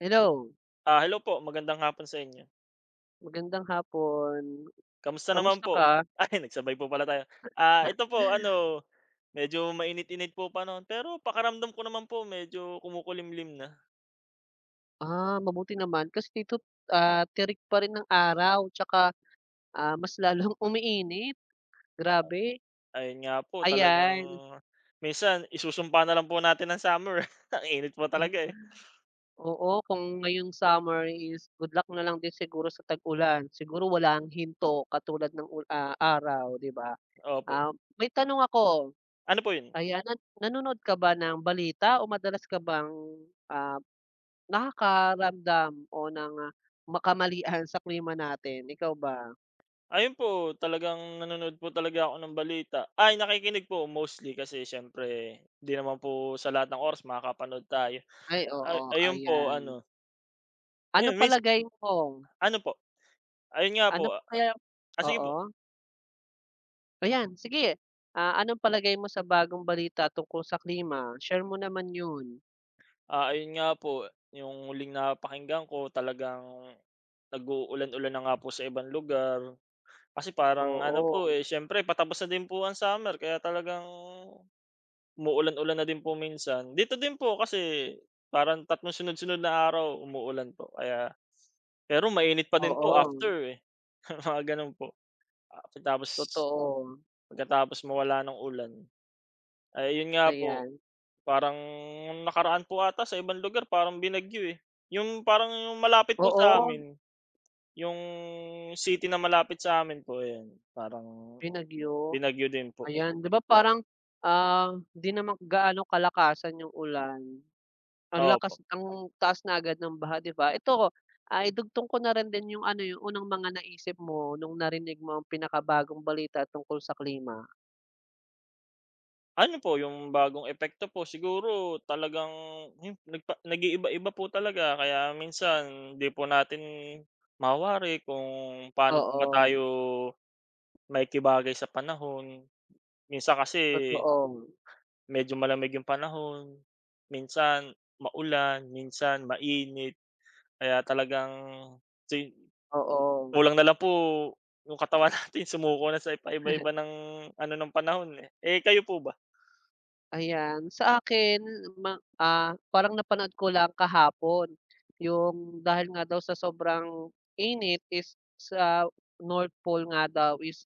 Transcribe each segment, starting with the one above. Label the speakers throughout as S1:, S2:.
S1: Hello,
S2: Ah, hello po, magandang hapon sa inyo.
S1: magandang hapon.
S2: Kamusta naman
S1: Kamusta
S2: po?
S1: ka?
S2: Ay, nagsabay po pala tayo. Ah, ito po ano, medyo mainit-init po pa panahon, pero pakaramdam ko naman po medyo kumukulimlim na.
S1: Mabuti naman kasi dito, tirik pa rin ang araw tsaka, mas lalong umiinit, grabe.
S2: Ayun nga po talagang
S1: Ayan,
S2: minsan isusumpa na lang po natin ang summer. Ang init po talaga, eh.
S1: oo kung ngayong summer is good luck na lang din siguro sa tag-ulan, siguro wala ang hinto katulad ng araw, 'di ba?
S2: Opo.
S1: Ah, May tanong ako,
S2: Ano po 'yun?
S1: ayan, nanonood ka ba ng balita o madalas ka bang, ah, nakakaramdam o ng, kamalian sa klima natin, ikaw ba?
S2: Ayun po, talagang nanonood po talaga ako ng balita. Ay, nakikinig po mostly kasi siyempre 'di naman po sa lahat ng oras makakapanood tayo.
S1: Ay,
S2: Ay
S1: oo,
S2: ayun po
S1: ayan.
S2: ano,
S1: Ano
S2: ayun miss
S1: palagay mo?
S2: ano po, ayun nga
S1: Ano
S2: po.
S1: pa kaya,
S2: Ah, sige po.
S1: oo, ayan sige, anong palagay mo sa bagong balita tungkol sa klima? Share mo naman 'yun.
S2: Ah, ayun nga po, yung huling napakinggan ko talagang nag-uulan-ulan na nga po sa ibang lugar. Kasi parang ano po,
S1: Oo,
S2: eh, siyempre patapos na din po ang summer kaya talagang umuulan-ulan na din po minsan. Dito din po kasi parang 3 sunod-sunod na araw umuulan po kaya pero mainit pa din po
S1: oo,
S2: after, eh, mga gano'n po. Ah, tapos
S1: totoo,
S2: pagkatapos mawala ng ulan. Ay nga po.
S1: ayan.
S2: Parang nung nakaraan po ata sa ibang lugar parang binagyo, eh. Yung parang yung malapit po sa
S1: Oo,
S2: amin yung city na malapit sa amin po ayan, parang
S1: binagyo,
S2: binagyo din po.
S1: ayan 'di ba parang, 'di naman gaano kalakasan yung ulan. Ang
S2: Opo.
S1: lakas ang taas na agad ng baha, 'di ba? Ito, idugtong ko na rin din yung ano, yung unang mga naisip mo nung narinig mo ang pinakabagong balita tungkol sa klima.
S2: Ano po yung bagong epekto po siguro talagang yung nag-iiba-iba po talaga kaya minsan di po natin mawari kung paano ba
S1: Oo,
S2: tayo makikibagay sa panahon. Minsan kasi
S1: totoo,
S2: medyo malamig yung panahon, minsan maulan, minsan mainit, kaya talagang si
S1: oo.
S2: kulang na lang po yung katawan natin sumuko na sa paiba-iba ng ano ng panahon, eh. Eh, kayo po ba?
S1: Ayan, sa akin parang napanood ko lang kahapon, yung dahil nga daw sa sobrang init is sa North Pole nga daw is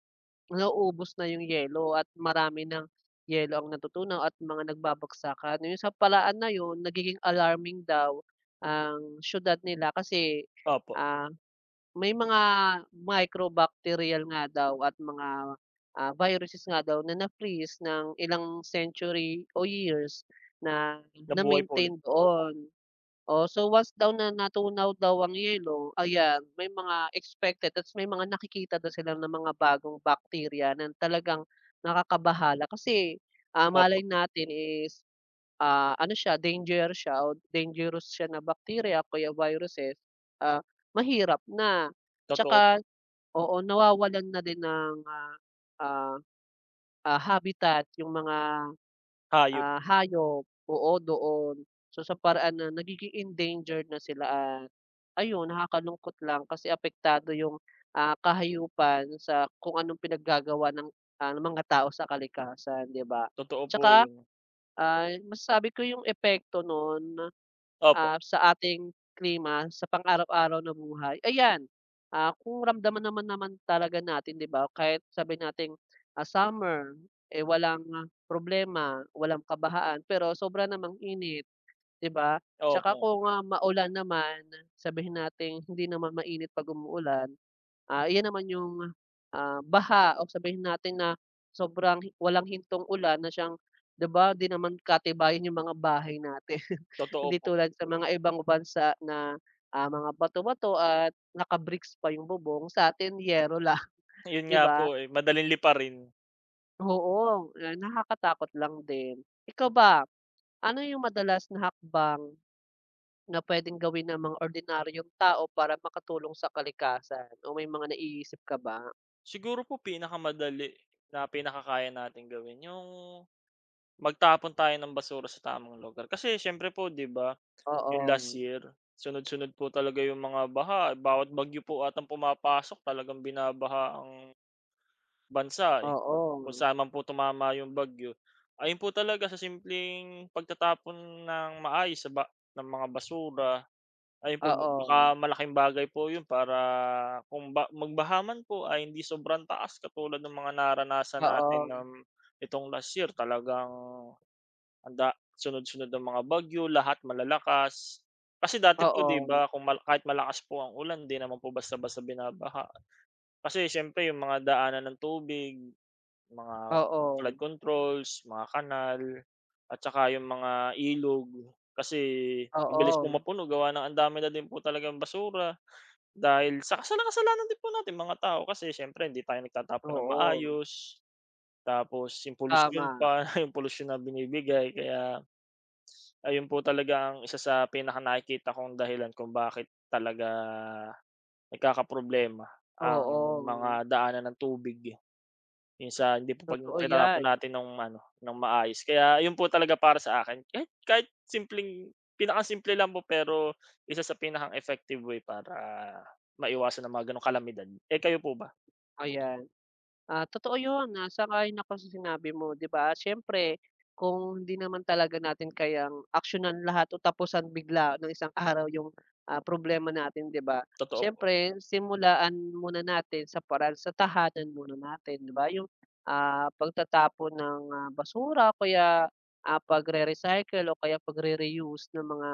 S1: nauubos na yung yelo at marami ng yelo ang natutunaw at mga nagbabagsakan. Yun sa paraan na yun nagiging alarming daw ang siyudad nila kasi,
S2: Opo,
S1: ah, may mga microbacterial nga daw at mga, viruses nga daw na na-freeze ng ilang century o years na
S2: nabuhay po ulit.
S1: na-maintain doon. Oh, so once daw na natunaw daw ang yelo, ayan, may mga expected ta's may mga nakikita daw sila ng mga bagong bacteria na talagang nakakabahala kasi,
S2: Opo,
S1: malay natin is ano siya, danger siya o dangerous siya na bacteria kaya viruses, ah, mahirap na.
S2: totoo po,
S1: Tsaka oo, nawawalan na din ng, ah, habitat yung mga
S2: hayop,
S1: hayop, oo doon. So sa paraan na nagiging endangered na sila at ayun nakakalungkot lang kasi apektado yung, kahayupan sa kung anong pinaggagawa ng, ng mga tao sa kalikasan, 'di ba?
S2: totoo po
S1: Tsaka,
S2: yun.
S1: masasabi ko yung epekto nun,
S2: Opo,
S1: sa ating klima sa pang-araw-araw na buhay, ayan, kung ramdaman naman naman talaga natin, 'di ba, kahit sabi nating, summer, eh, walang problema, walang kabahaan, pero sobra namang init, 'di ba? Tsaka
S2: opo,
S1: kung, maulan naman, sabihin natin hindi naman mainit 'pag umuulan, iyan naman yung, baha o sabihin natin na walang hintong ulan na siyang, 'di ba, 'di naman katibayan yung mga bahay natin.
S2: totoo
S1: Hindi
S2: po.
S1: tulad sa mga ibang bansa na, mga bato-bato at naka-bricks pa yung bubong, sa atin yero lang,
S2: Yun
S1: 'di
S2: nga po,
S1: ba?
S2: eh, madaling liparin.
S1: Oo, nakakatakot lang din. Ikaw ba, ano yung madalas na hakbang na puwedeng gawin ng mga ordinaryong tao para makatulong sa kalikasan o may mga naiisip ka ba?
S2: Siguro po pinakamadali na pinakakaya natin gawin yung magtapon tayo ng basura sa tamang lugar. Kasi siyempre po 'di ba, yung last
S1: Oo,
S2: year, sunod-sunod po talaga yung mga baha, bawat bagyo po atang pumapasok talagang binabaha ang bansa, eh,
S1: oo,
S2: kung saan man po tumama yung bagyo. Ayun po talaga sa simpleng pagtatapon ng maayos sa ba ng mga basura, ayun po ba
S1: oo,
S2: baka malaking bagay po yun para kung ba magbaha po ay hindi sobrang taas katulad ng mga naranasan natin,
S1: oo,
S2: ng itong last year talagang ang sunod-sunod ang mga bagyo, lahat malalakas. Kasi dati po 'di
S1: oo,
S2: ba kung mal kahit malakas po ang ulan 'di naman po basta-basta binabaha. Kasi siyempre yung mga daanan ng tubig, mga
S1: oo,
S2: flood controls, mga kanal, at saka yung mga ilog. Kasi mabilis
S1: oo,
S2: pong mapuno gawa ng ang dami na din po talagang basura dahil sa kasalanan din po natin mga tao kasi siyempre hindi tayo nagtatapon ng
S1: oo,
S2: maayos. Tapos yung polusyon
S1: tama,
S2: pa, yung pollution na binibigay kaya ayun po talaga ang isa sa pinakanakikita kong dahilan kung bakit talaga nagkakaproblema ang mga
S1: oo,
S2: daanan ng tubig, yung hindi po pag
S1: totoo
S2: tinatapon
S1: yan,
S2: natin ng ano, ng maayos. Kaya yun po talaga para sa akin kahit kahit simpleng pinakasimple lang po pero isa sa pinakang-effective way para maiwasan ang mga gano'ng kalamidad. Eh, kayo po ba?
S1: ayan. Ah, totoo 'yun, sang-ayon ako sa sinabi mo, 'di ba? Siyempre kung hindi naman talaga natin kayang aksiyunan lahat o tapusan bigla ng isang araw yung, problema natin, 'di ba?
S2: Totoo po?
S1: Siyempre simulaan muna natin sa paraan sa tahanan muna natin, 'di ba? Yung, pagtatapon ng, basura kaya, pagre-recycle o kaya pagre-reuse ng mga,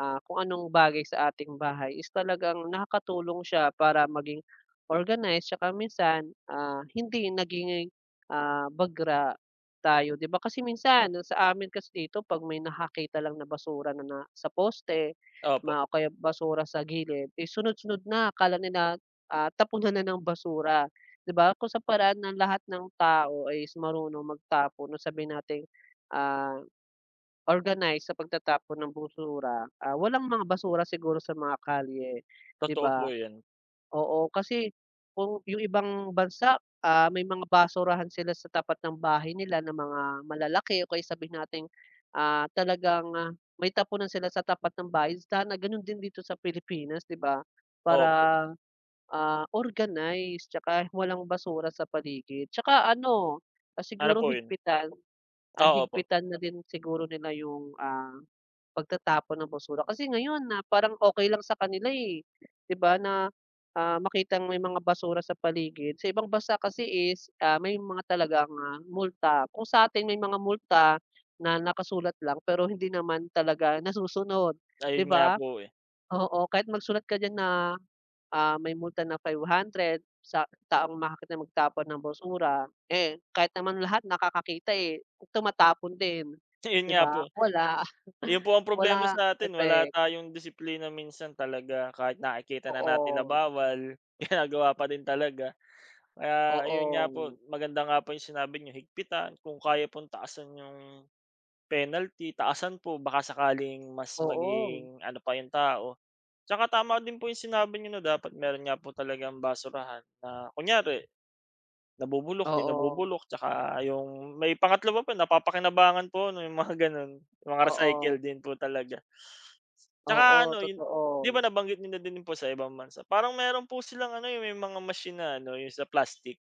S1: kung anong bagay sa ating bahay is talagang nakakatulong siya para maging organized tsaka minsan, hindi naging ah, bagra tayo, 'di ba? Kasi minsan sa amin kasi dito 'pag may nakakita lang na basura na na sa poste
S2: Opo,
S1: o kaya basura sa gilid, eh, sunod-sunod na akala nila, tapunan na ng basura, 'di ba? Kung sa paraan ng lahat ng tao ay is marunong magtapo, no? Sabi nating, ah, organized sa pagtatapon ng basura, walang mga basura siguro sa mga kalye, 'di
S2: totoo po
S1: ba?
S2: yun.
S1: Oo, kasi kung yung ibang bansa, may mga basurahan sila sa tapat ng bahay nila na mga malalaki o kaya sabihin nating, talagang, may tapunan sila sa tapat ng bahay. Sana gano'n din dito sa Pilipinas, 'di ba?
S2: Opo.
S1: Para, organize tsaka walang basura sa paligid. Tsaka ano,
S2: Ano
S1: siguro
S2: po yun?
S1: higpitan,
S2: Oo po.
S1: higpitan na din siguro nila yung, ah, pagtatapon ng basura kasi ngayon na parang okey lang sa kanila, eh, 'di ba na, makitang may mga basura sa paligid. Sa ibang bansa kasi is, may mga talagang, multa. Kung sa'tin may mga multa na nakasulat lang pero hindi naman talaga nasusunod,
S2: Ayun
S1: 'di
S2: nga
S1: ba?
S2: po, eh.
S1: Oo, kahit magsulat ka diyan na may multa ng 500 sa taong makakita magtapon ng basura. Eh, kahit naman lahat nakakakita, eh, tumatapon din,
S2: Ayun
S1: 'di
S2: nga po.
S1: ba? Wala.
S2: Yun po ang problema
S1: Wala
S2: sa atin, wala
S1: epek.
S2: tayong disiplina minsan talaga kahit nakikita na natin na
S1: Oo,
S2: bawal, ginagawa pa din talaga. Kaya ayun
S1: oo,
S2: nga po, maganda nga po yung sinabi niyo higpitan, kung kaya pong taasan yung penalty, taasan po baka sakaling mas
S1: oo,
S2: maging ano pa yung tao. Tsaka tama din po yung sinabi niyo na dapat meron nga po talagang basurahan na kunyari nabubulok, 'di
S1: oo,
S2: nabubulok tsaka yung may pangatlo pa po napapakinabangan po 'no, yung mga gano'n, yung mga recycle
S1: oo,
S2: din po talaga. Tsaka
S1: oo,
S2: ano yun, 'di ba
S1: totoo.
S2: nabanggit niyo na din po sa ibang bansa, parang meron po silang ano, yung may mga machine na ano, yung sa plastic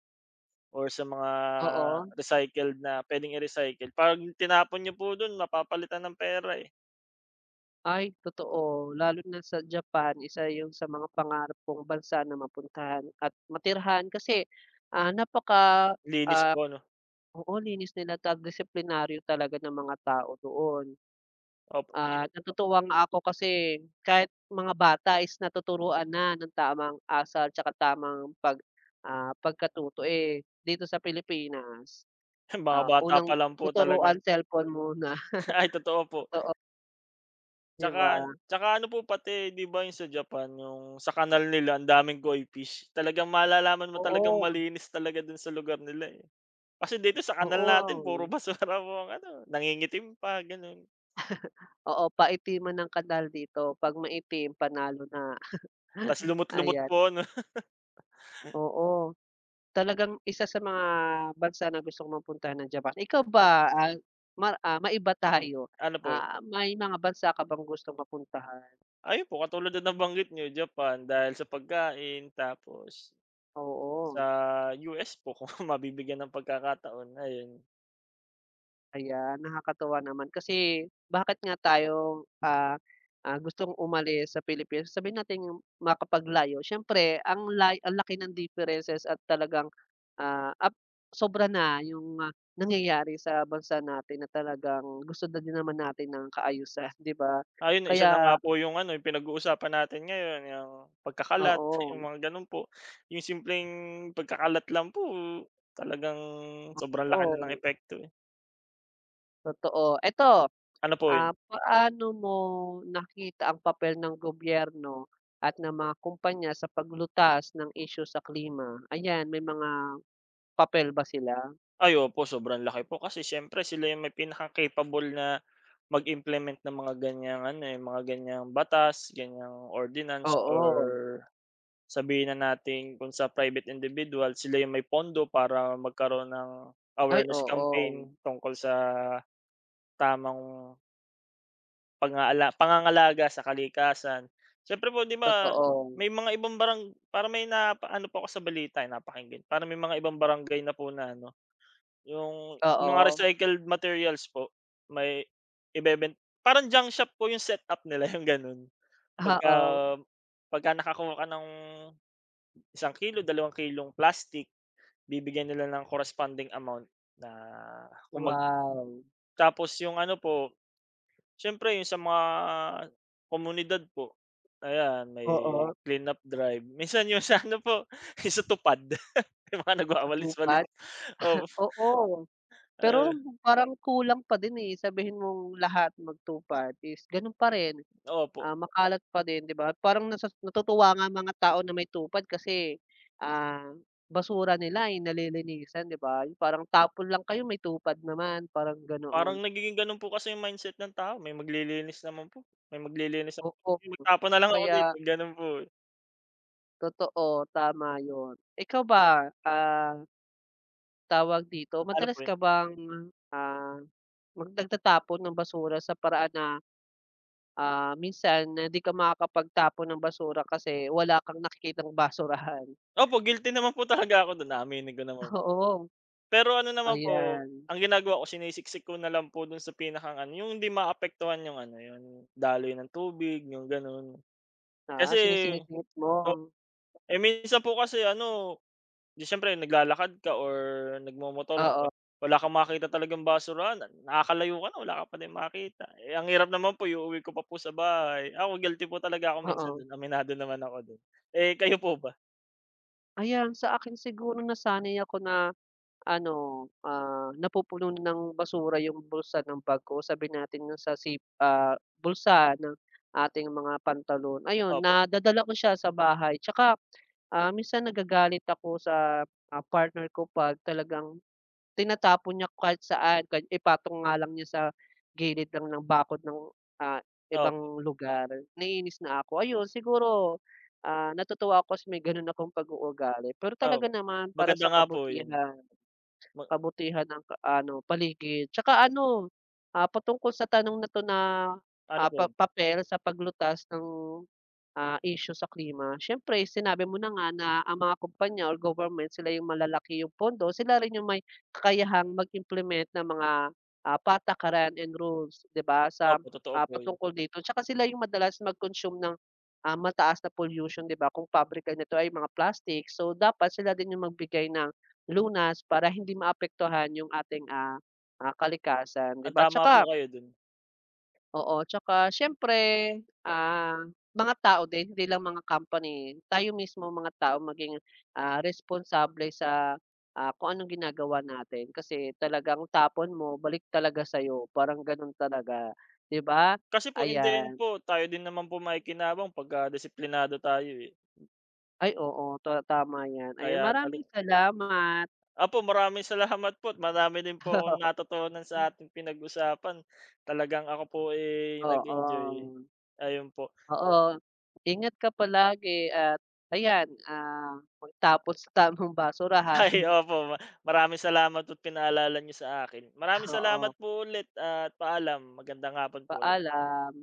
S2: or sa mga
S1: Oo.
S2: recycled na pwedeng i-recycle. 'Pag tinapon niyo po dun mapapalitan ng pera, eh.
S1: Ay, totoo. Lalo na sa Japan, isa yung sa mga pangarap kong bansa na mapuntahan at matirhan kasi, napaka,
S2: Linis po
S1: ah,
S2: ano,
S1: oo, linis nila at disiplinaryo talaga ng mga tao doon.
S2: opo.
S1: At natutuwa nga ako kasi kahit mga bata is natuturuan na ng tamang asal tsaka tamang pag, pagkatuto, eh, dito sa Pilipinas,
S2: Mga bata pa
S1: unang
S2: lang po talaga.
S1: tuturuan cellphone muna,
S2: Ay totoo po.
S1: oo, 'di
S2: Tsaka
S1: ba?
S2: tsaka ano po pati 'di ba yung sa Japan, yung sa kanal nila ang daming koi fish. Talagang malalaman mo talagang
S1: Oo,
S2: malinis talaga dun sa lugar nila, eh. Kasi dito sa kanal natin puro
S1: oo,
S2: basura po ang ano, nangingitim pa gano'n.
S1: oo, paitiman ng kanal dito, 'pag maitim panalo na,
S2: Tapos lumot-lumot
S1: ayan,
S2: po ano.
S1: oo. Talagang isa sa mga bansa na gusto ko mapuntahan ang Japan. Ikaw ba, maiba tayo,
S2: Ano po yun,
S1: may mga bansa ka bang gustong mapuntahan?
S2: ayun po katulad ng nabanggit niyo Japan dahil sa pagkain tapos sa
S1: Oo,
S2: US po kung mabibigyan ng pagkakataon ayun.
S1: ayan nakakatuwa naman kasi bakit nga tayo, gustong umalis sa Pilipinas, sabihin nating makapaglayo, siyempre ang laki ng differences at talagang, ah, ap sobra na yung, nangyayari sa bansa natin na talagang gusto na din naman natin ng kaayusan, 'di ba?
S2: Ayun isa na nga
S1: Kaya
S2: po yung ano, yung pinag-uusapan natin ngayon yung pagkakalat,
S1: oo,
S2: yung mga gano'n po. Yung simpleng pagkakalat lang po talagang sobrang laki na ng
S1: oo,
S2: epekto eh.
S1: totoo. Eto,
S2: Ano po yun?
S1: paano mo nakita ang papel ng gobyerno at ng mga kumpanya sa paglutas ng isyu sa klima? Ayan, may mga papel ba sila?
S2: Ay opo, sobrang laki po kasi siyempre sila yung may pinaka-capable na mag-implement ng mga ganyang ano, eh, mga ganyang batas, ganyang ordinance or
S1: Oo.
S2: sabihin na natin kung sa private individual, sila yung may pondo para magkaroon ng
S1: Ay,
S2: awareness
S1: oo,
S2: campaign tungkol sa tamang pang pangangalaga sa kalikasan. Siyempre po 'di ba
S1: totoo.
S2: may mga ibang barang para may napa ano po ako sa balita, eh, napakinggan, para may mga ibang barangay na po na ano yung mga
S1: Oo,
S2: recycled materials po, may ibeben parang junk shop po yung setup nila yung gano'n. Pagka
S1: oo.
S2: pagka nakakuha ka ng 1 kilo, ₱2 kilong plastic, bibigyan nila ng corresponding amount na kung
S1: Wow!
S2: tapos yung ano po, siyempre yung sa mga komunidad po, ayan may
S1: Oo,
S2: clean-up drive. Minsan yung sa ano po, yung sa tupad, yung mga
S1: sa
S2: nagwawalis-walis.
S1: TUPAD?
S2: Opo,
S1: Oo, pero
S2: ah,
S1: parang kulang pa din, eh, sabihin mong lahat magtupad is ganun pa rin.
S2: opo.
S1: Ah, makalat pa din, 'di ba? Parang nasa natutuwa nga ang mga tao na may tupad kasi, ah, basura nila, eh, nalilinisan, 'di ba? Yung parang tapon lang kayo may tupad naman, parang ganoon.
S2: Parang nagiging gano'n po kasi yung mindset ng tao, may maglilinis naman po, may maglilinis naman.
S1: Oo,
S2: Magtapon na lang ako
S1: kaya
S2: dito, gano'n po, eh.
S1: totoo, tama 'yun. Ikaw ba, tawag dito,
S2: Ano
S1: madalas
S2: po yun?
S1: ka bang, ah, nagtatapon ng basura sa paraan na, minsan na 'di ka makakapagtapon ng basura kasi wala kang nakikitang basurahan?
S2: Opo, guilty naman po talaga ako do'n, aaminin ko naman po.
S1: Oo,
S2: Pero ano naman po,
S1: ayan.
S2: ang ginagawa ko sinisiksik ko na lang po do'n sa pinakang ano, yung hindi maapektuhan yung ano, yung daloy ng tubig, yung gano'n.
S1: Ah,
S2: Kasi
S1: sinisingit-singit mo.
S2: o eh, minsan po kasi ano, 'di siyempre naglalakad ka or nagmomotor ka,
S1: Oo.
S2: wala kang makita talagang basurahan, nakakalayo ka na, wala ka pa din makita. Eh, ang hirap naman po, iuuwi ko pa po sa bahay. Ako guilty po talaga ako
S1: Oo.
S2: minsan do'n, aminado naman ako do'n. Eh, kayo po ba?
S1: Ayan, sa akin siguro nasanay ako na ano, napupuno ng basura yung bulsa ng bag ko. Sabihin natin yung sa bulsa ng ating mga pantalon. Ayun,
S2: Opo,
S1: nadadala ko siya sa bahay. Tsaka, minsan nagagalit ako sa, partner ko 'pag talagang tinatapon niya kahit saan, kahit ipatong nga lang niya sa gilid lang ng bakod ng, ah,
S2: opo,
S1: ibang lugar. Naiinis na ako. Ayun siguro, natutuwa ako kasi may gano'n akong pag-uugali. Pero talaga
S2: opo.
S1: naman para
S2: Maganda
S1: sa
S2: nga po 'yun,
S1: kabutihan,
S2: ma
S1: kabutihan ng ano, paligid. Tsaka ano, patungkol sa tanong na 'to na,
S2: ano
S1: ah,
S2: po
S1: pa
S2: 'yun,
S1: papel sa paglutas ng, issue sa klima, siyempre sinabi mo na nga na ang mga kumpanya or government sila yung malalaki yung pondo, sila rin yung may kakayahang mag-implement ng mga, patakaran and rules, 'di ba, sa,
S2: opo, totoo po 'yun.
S1: patungkol dito. Tsaka sila yung madalas mag-consume ng, mataas na pollution, 'di ba, kung pabrika nito ay mga plastic. So, dapat sila din yung magbigay ng lunas para hindi maapektuhan yung ating, kalikasan, 'di
S2: Ah,
S1: ba?
S2: tama po
S1: Tsaka
S2: kayo do'n.
S1: oo, tsaka siyempre, ah, mga tao din hindi lang mga company, tayo mismo mga tao maging, responsable sa, kung anong ginagawa natin kasi talagang tapon mo balik talaga sa'yo parang gano'n talaga, 'di ba?
S2: Kasi po in the end
S1: Ayan,
S2: po, tayo din naman po makikinabang pagka disiplinado tayo, eh,
S1: ay oo to, tama 'yan. Ayan,
S2: kaya
S1: maraming salamat.
S2: APO maraming salamat po at marami din po akong natutunan sa ating pinag-usapan. Talagang ako po, eh, nag-enjoy.
S1: Oo,
S2: Ayun po.
S1: oo, ingat ka palagi at ayan, magtapon sa tamang basurahan,
S2: Ay, opo, maraming salamat po't pinaalala niyo sa akin. Maraming salamat
S1: oo.
S2: po ulit at paalam. Magandang hapon po ulit.
S1: Paalam.